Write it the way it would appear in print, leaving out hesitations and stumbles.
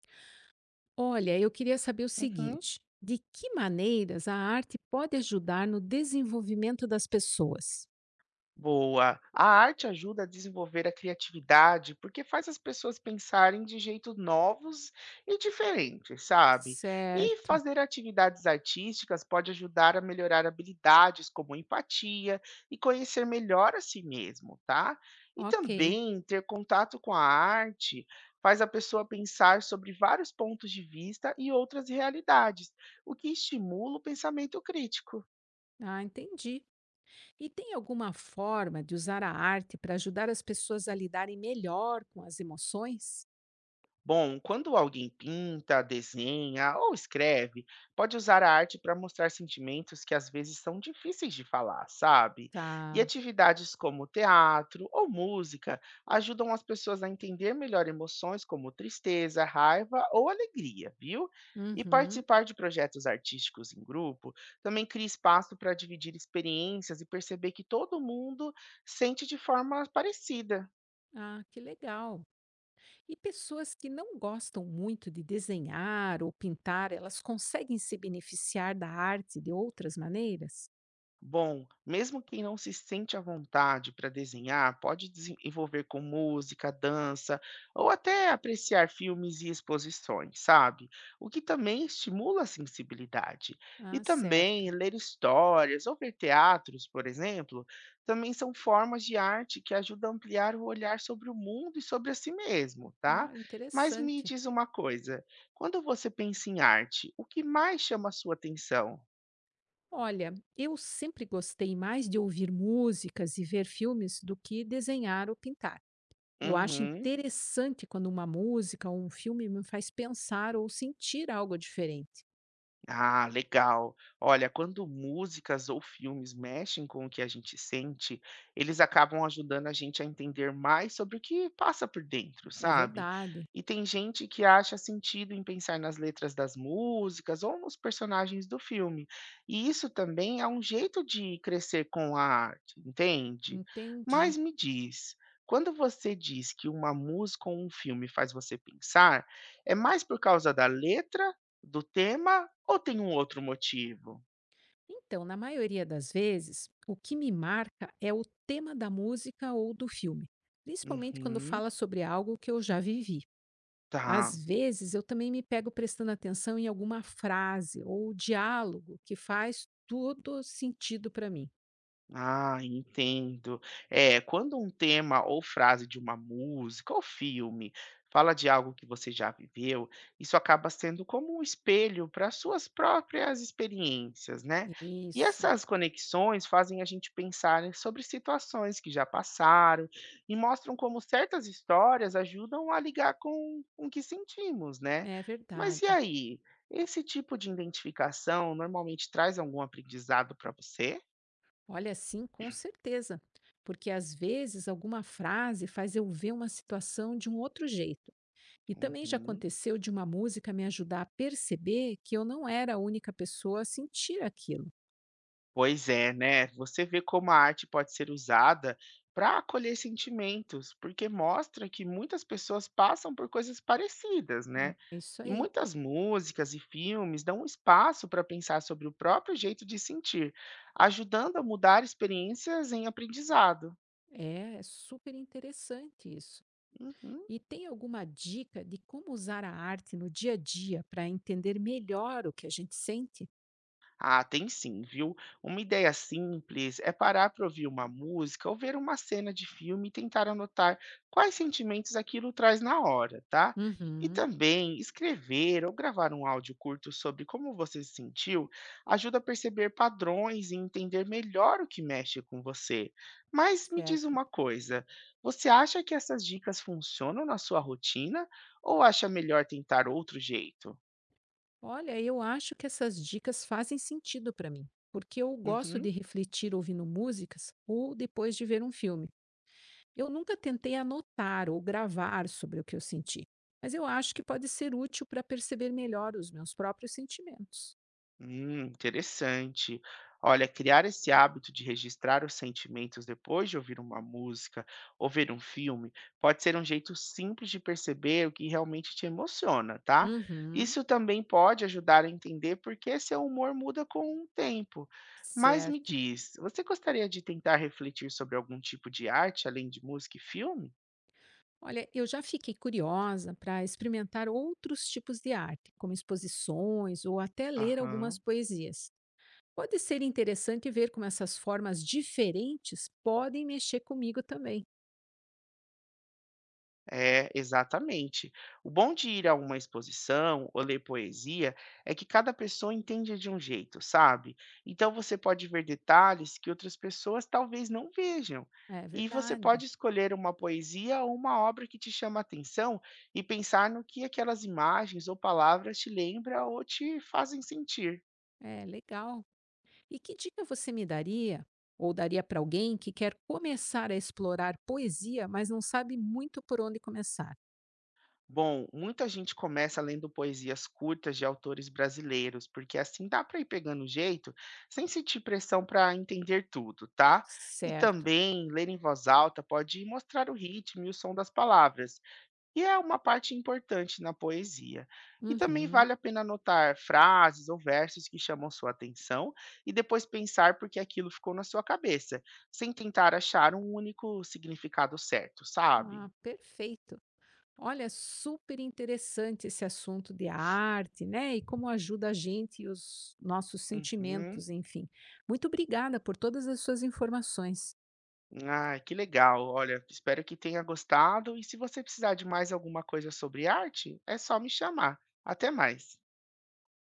Olha, eu queria saber o Uhum. seguinte: de que maneiras a arte pode ajudar no desenvolvimento das pessoas? Boa. A arte ajuda a desenvolver a criatividade porque faz as pessoas pensarem de jeitos novos e diferentes, sabe? E Certo, fazer atividades artísticas pode ajudar a melhorar habilidades como empatia e conhecer melhor a si mesmo, tá? E ok. também ter contato com a arte faz a pessoa pensar sobre vários pontos de vista e outras realidades, o que estimula o pensamento crítico. Ah, entendi. E tem alguma forma de usar a arte para ajudar as pessoas a lidarem melhor com as emoções? Bom, quando alguém pinta, desenha ou escreve, pode usar a arte para mostrar sentimentos que às vezes são difíceis de falar, sabe? E Tá. atividades como teatro ou música ajudam as pessoas a entender melhor emoções como tristeza, raiva ou alegria, viu? E Uhum. participar de projetos artísticos em grupo também cria espaço para dividir experiências e perceber que todo mundo sente de forma parecida. Ah, que legal. E pessoas que não gostam muito de desenhar ou pintar, elas conseguem se beneficiar da arte de outras maneiras? Bom, mesmo quem não se sente à vontade para desenhar pode desenvolver com música, dança ou até apreciar filmes e exposições, sabe? O que também estimula a sensibilidade. E Ah, certo. também ler histórias ou ver teatros, por exemplo, também são formas de arte que ajudam a ampliar o olhar sobre o mundo e sobre a si mesmo, tá? Ah, Mas me interessante. diz uma coisa, quando você pensa em arte, o que mais chama a sua atenção? Olha, eu sempre gostei mais de ouvir músicas e ver filmes do que desenhar ou pintar. Eu acho Uhum. interessante quando uma música ou um filme me faz pensar ou sentir algo diferente. Ah, legal. Olha, quando músicas ou filmes mexem com o que a gente sente, eles acabam ajudando a gente a entender mais sobre o que passa por dentro, É sabe? verdade. E tem gente que acha sentido em pensar nas letras das músicas ou nos personagens do filme. E isso também é um jeito de crescer com a arte, entende? Entendi. Mas me diz, quando você diz que uma música ou um filme faz você pensar, é mais por causa da letra? Do tema ou tem um outro motivo? Então, na maioria das vezes, o que me marca é o tema da música ou do filme, principalmente quando Uhum, fala sobre algo que eu já vivi. tá. Às vezes, eu também me pego prestando atenção em alguma frase ou diálogo que faz todo sentido para mim. Ah, entendo. É, quando um tema ou frase de uma música ou filme fala de algo que você já viveu, isso acaba sendo como um espelho para suas próprias experiências, né? E Isso, essas conexões fazem a gente pensar sobre situações que já passaram e mostram como certas histórias ajudam a ligar com o que sentimos, né? é Mas e verdade. aí? Esse tipo de identificação normalmente traz algum aprendizado para você? Olha, sim, com certeza. Porque às vezes alguma frase faz eu ver uma situação de um outro jeito. E também já Uhum. aconteceu de uma música me ajudar a perceber que eu não era a única pessoa a sentir aquilo. Pois é, né? Você vê como a arte pode ser usada para acolher sentimentos, porque mostra que muitas pessoas passam por coisas parecidas, né? É isso E aí. muitas músicas e filmes dão um espaço para pensar sobre o próprio jeito de sentir, ajudando a mudar experiências em aprendizado. É super interessante isso. Uhum. E tem alguma dica de como usar a arte no dia a dia para entender melhor o que a gente sente? Ah, tem sim, viu? Uma ideia simples é parar para ouvir uma música ou ver uma cena de filme e tentar anotar quais sentimentos aquilo traz na hora, tá? E Uhum, também escrever ou gravar um áudio curto sobre como você se sentiu ajuda a perceber padrões e entender melhor o que mexe com você. Mas me diz certo. uma coisa, você acha que essas dicas funcionam na sua rotina ou acha melhor tentar outro jeito? Olha, eu acho que essas dicas fazem sentido para mim, porque eu gosto de Uhum. refletir ouvindo músicas ou depois de ver um filme. Eu nunca tentei anotar ou gravar sobre o que eu senti, mas eu acho que pode ser útil para perceber melhor os meus próprios sentimentos. Interessante. Olha, criar esse hábito de registrar os sentimentos depois de ouvir uma música ou ver um filme pode ser um jeito simples de perceber o que realmente te emociona, tá? Uhum. Isso também pode ajudar a entender por que seu humor muda com o tempo. Mas me Certo. diz, você gostaria de tentar refletir sobre algum tipo de arte além de música e filme? Olha, eu já fiquei curiosa para experimentar outros tipos de arte, como exposições ou até ler algumas Aham. poesias. Pode ser interessante ver como essas formas diferentes podem mexer comigo também. É, exatamente. O bom de ir a uma exposição ou ler poesia é que cada pessoa entende de um jeito, sabe? Então você pode ver detalhes que outras pessoas talvez não vejam. É E você verdade. pode escolher uma poesia ou uma obra que te chama a atenção e pensar no que aquelas imagens ou palavras te lembram ou te fazem sentir. É legal. E que dica você me daria ou daria para alguém que quer começar a explorar poesia, mas não sabe muito por onde começar? Bom, muita gente começa lendo poesias curtas de autores brasileiros, porque assim dá para ir pegando o jeito, sem sentir pressão para entender tudo, tá? E Certo. também ler em voz alta pode mostrar o ritmo e o som das palavras, e é uma parte importante na poesia. E também Uhum. vale a pena anotar frases ou versos que chamam sua atenção e depois pensar por que aquilo ficou na sua cabeça, sem tentar achar um único significado certo, sabe? Ah, perfeito. Olha, super interessante esse assunto de arte, né? E como ajuda a gente e os nossos Uhum. sentimentos, enfim. Muito obrigada por todas as suas informações. Ah, que legal. Olha, espero que tenha gostado. E se você precisar de mais alguma coisa sobre arte, é só me chamar. Até mais.